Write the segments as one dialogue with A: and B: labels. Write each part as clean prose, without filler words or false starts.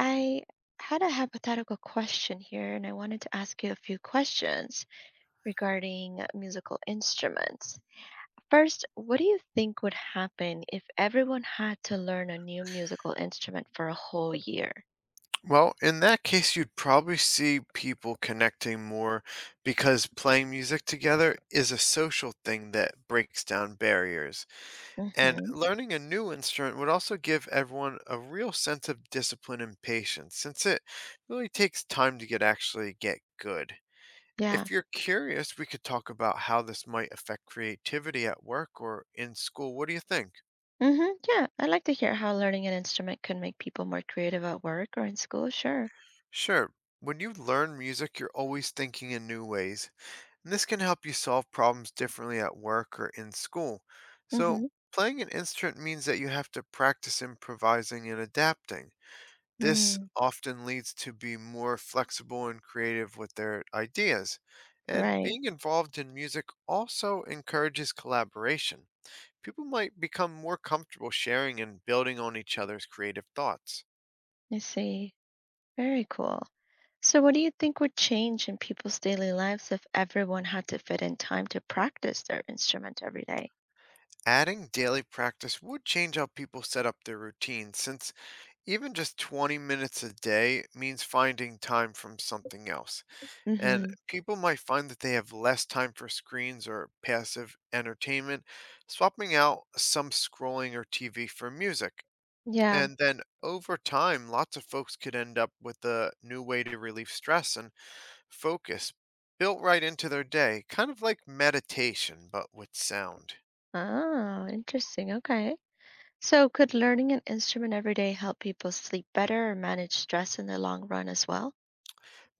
A: I had a hypothetical question here, and I wanted to ask you a few questions regarding musical instruments. First, what do you think would happen if everyone had to learn a new musical instrument for a whole year?
B: Well, in that case, you'd probably see people connecting more because playing music together is a social thing that breaks down barriers. And
A: Mm-hmm.
B: learning a new instrument would also give everyone a real sense of discipline and patience, since it really takes time to get actually get good.
A: Yeah.
B: If you're curious, we could talk about how this might affect creativity at work or in school. What do you think?
A: Mm-hmm. Yeah. I'd like to hear how learning an instrument could make people more creative at work or in school. Sure.
B: Sure. When you learn music, you're always thinking in new ways, and this can help you solve problems differently at work or in school. So,
A: Mm-hmm.
B: playing an instrument means that you have to practice improvising and adapting. This
A: Mm,
B: often leads to be more flexible and creative with their ideas. And
A: right.
B: being involved in music also encourages collaboration. People might become more comfortable sharing and building on each other's creative thoughts.
A: I see. Very cool. So, what do you think would change in people's daily lives if everyone had to fit in time to practice their instrument every day?
B: Adding daily practice would change how people set up their routines, since even just 20 minutes a day means finding time from something else. And
A: Mm-hmm.
B: people might find that they have less time for screens or passive entertainment, swapping out some scrolling or TV for music.
A: Yeah.
B: And then over time, lots of folks could end up with a new way to relieve stress and focus built right into their day, kind of like meditation, but with sound.
A: Oh, interesting. Okay. So, could learning an instrument every day help people sleep better or manage stress in the long run as well?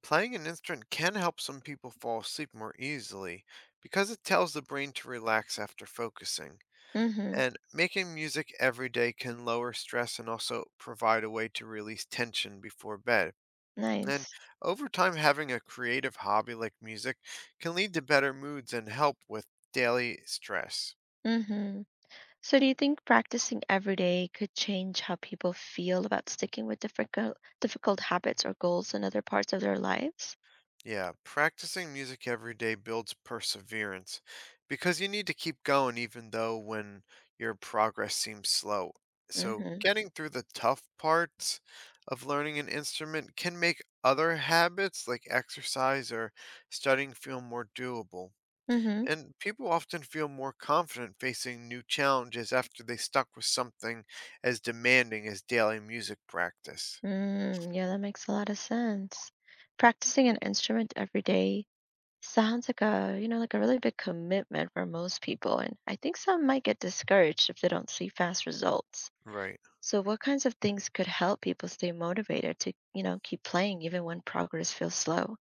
B: Playing an instrument can help some people fall asleep more easily because it tells the brain to relax after focusing.
A: Mm-hmm.
B: And making music every day can lower stress and also provide a way to release tension before bed. And
A: Nice.
B: over time, having a creative hobby like music can lead to better moods and help with daily stress.
A: Mm-hmm. So, do you think practicing every day could change how people feel about sticking with difficult habits or goals in other parts of their lives?
B: Yeah, practicing music every day builds perseverance because you need to keep going even though when your progress seems slow. So,
A: Mm-hmm.
B: getting through the tough parts of learning an instrument can make other habits like exercise or studying feel more doable.
A: Mm-hmm.
B: And people often feel more confident facing new challenges after they stuck with something as demanding as daily music practice.
A: Mm, yeah, that makes a lot of sense. Practicing an instrument every day sounds like a like a really big commitment for most people, and I think some might get discouraged if they don't see fast results.
B: Right.
A: So what kinds of things could help people stay motivated to keep playing even when progress feels slow?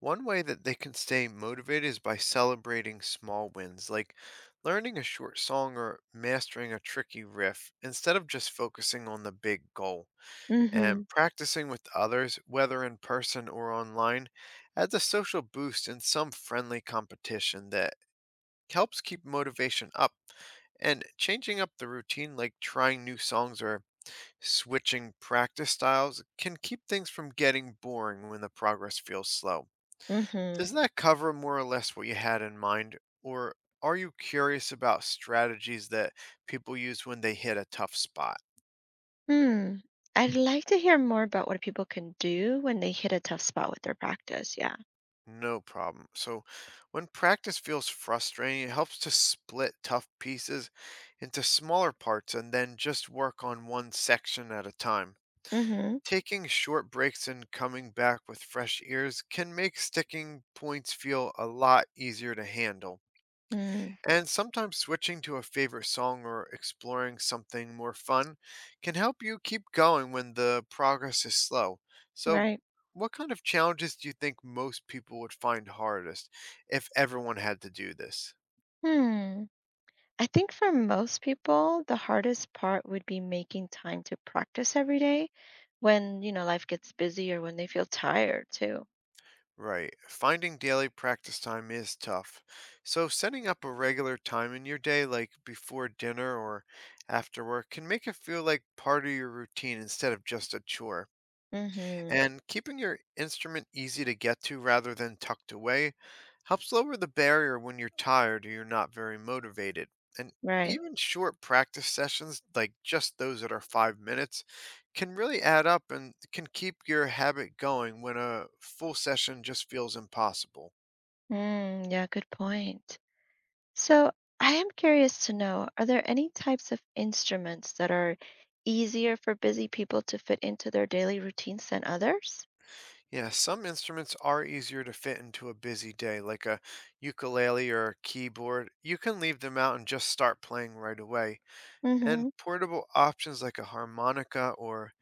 B: One way that they can stay motivated is by celebrating small wins, like learning a short song or mastering a tricky riff, instead of just focusing on the big goal.
A: Mm-hmm.
B: And practicing with others, whether in person or online, adds a social boost and some friendly competition that helps keep motivation up. And changing up the routine, like trying new songs or switching practice styles, can keep things from getting boring when the progress feels slow.
A: Mm-hmm.
B: Doesn't that cover more or less what you had in mind? Or are you curious about strategies that people use when they hit a tough spot?
A: Hmm. I'd like to hear more about what people can do when they hit a tough spot with their practice. Yeah.
B: No problem. So, when practice feels frustrating, it helps to split tough pieces into smaller parts and then just work on one section at a time.
A: Mm-hmm.
B: Taking short breaks and coming back with fresh ears can make sticking points feel a lot easier to handle.
A: Mm,
B: And sometimes switching to a favorite song or exploring something more fun can help you keep going when the progress is slow. So,
A: right.
B: what kind of challenges do you think most people would find hardest if everyone had to do this?
A: Hmm. I think for most people, the hardest part would be making time to practice every day when life gets busy or when they feel tired too.
B: Right, finding daily practice time is tough. So, setting up a regular time in your day, like before dinner or after work, can make it feel like part of your routine instead of just a chore.
A: Mm-hmm.
B: And keeping your instrument easy to get to rather than tucked away helps lower the barrier when you're tired or you're not very motivated. And
A: Right.
B: even short practice sessions, like just those that are 5 minutes, can really add up and can keep your habit going when a full session just feels impossible.
A: Mm, yeah, good point. So I am curious to know, are there any types of instruments that are easier for busy people to fit into their daily routines than others?
B: Yeah, some instruments are easier to fit into a busy day, like a ukulele or a keyboard. You can leave them out and just start playing right away. And
A: Mm-hmm.
B: portable options like a harmonica or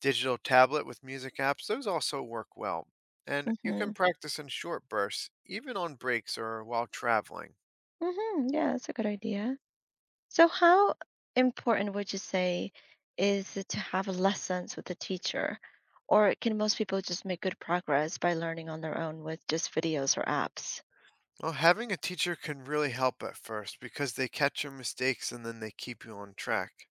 B: digital tablet with music apps, those also work well. And you
A: Mm-hmm.
B: can practice in short bursts, even on breaks or while traveling.
A: Mm-hmm. Yeah, that's a good idea. So, how important would you say is it to have lessons with a teacher? Or can most people just make good progress by learning on their own with just videos or apps?
B: Well, having a teacher can really help at first because they catch your mistakes and then they keep you on track.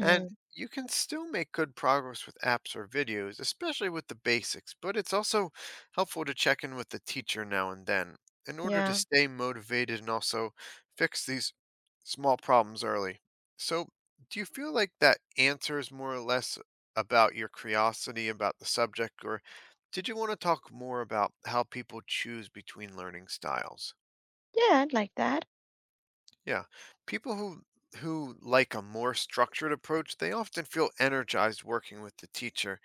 B: And you can still make good progress with apps or videos, especially with the basics, but it's also helpful to check in with the teacher now and then in order to
A: Yeah.
B: stay motivated and also fix these small problems early. So, do you feel like that answers more or less about your curiosity about the subject, or did you want to talk more about how people choose between learning styles?
A: Yeah, I'd like that.
B: Yeah. People who like a more structured approach, they often feel energized working with the teacher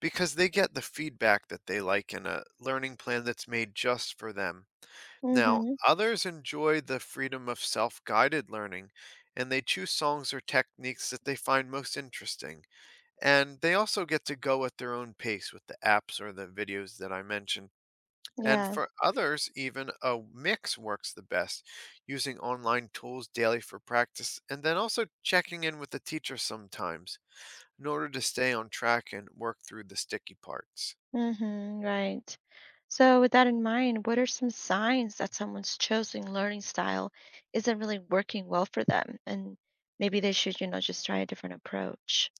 B: because they get the feedback that they like in a learning plan that's made just for them. Now,
A: Mm-hmm.
B: others enjoy the freedom of self-guided learning and they choose songs or techniques that they find most interesting. And they also get to go at their own pace with the apps or the videos that I mentioned. And
A: Yeah.
B: for others, even a mix works the best, using online tools daily for practice and then also checking in with the teacher sometimes in order to stay on track and work through the sticky parts.
A: Mm-hmm. Right. So, with that in mind, what are some signs that someone's chosen learning style isn't really working well for them? And maybe they should, just try a different approach.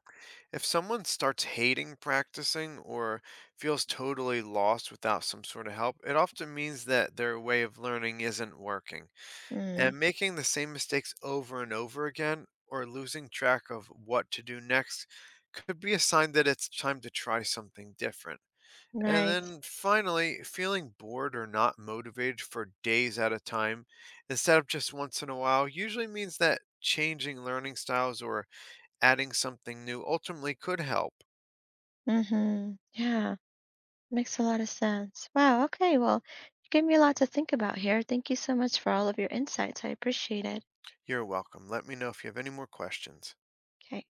B: If someone starts hating practicing or feels totally lost without some sort of help, it often means that their way of learning isn't working.
A: Mm.
B: And making the same mistakes over and over again or losing track of what to do next could be a sign that it's time to try something different. And
A: Right.
B: then finally, feeling bored or not motivated for days at a time instead of just once in a while usually means that changing learning styles or adding something new ultimately could help.
A: Mm-hmm. Yeah. Makes a lot of sense. Wow. Okay. Well, you gave me a lot to think about here. Thank you so much for all of your insights. I appreciate it.
B: You're welcome. Let me know if you have any more questions.
A: Okay.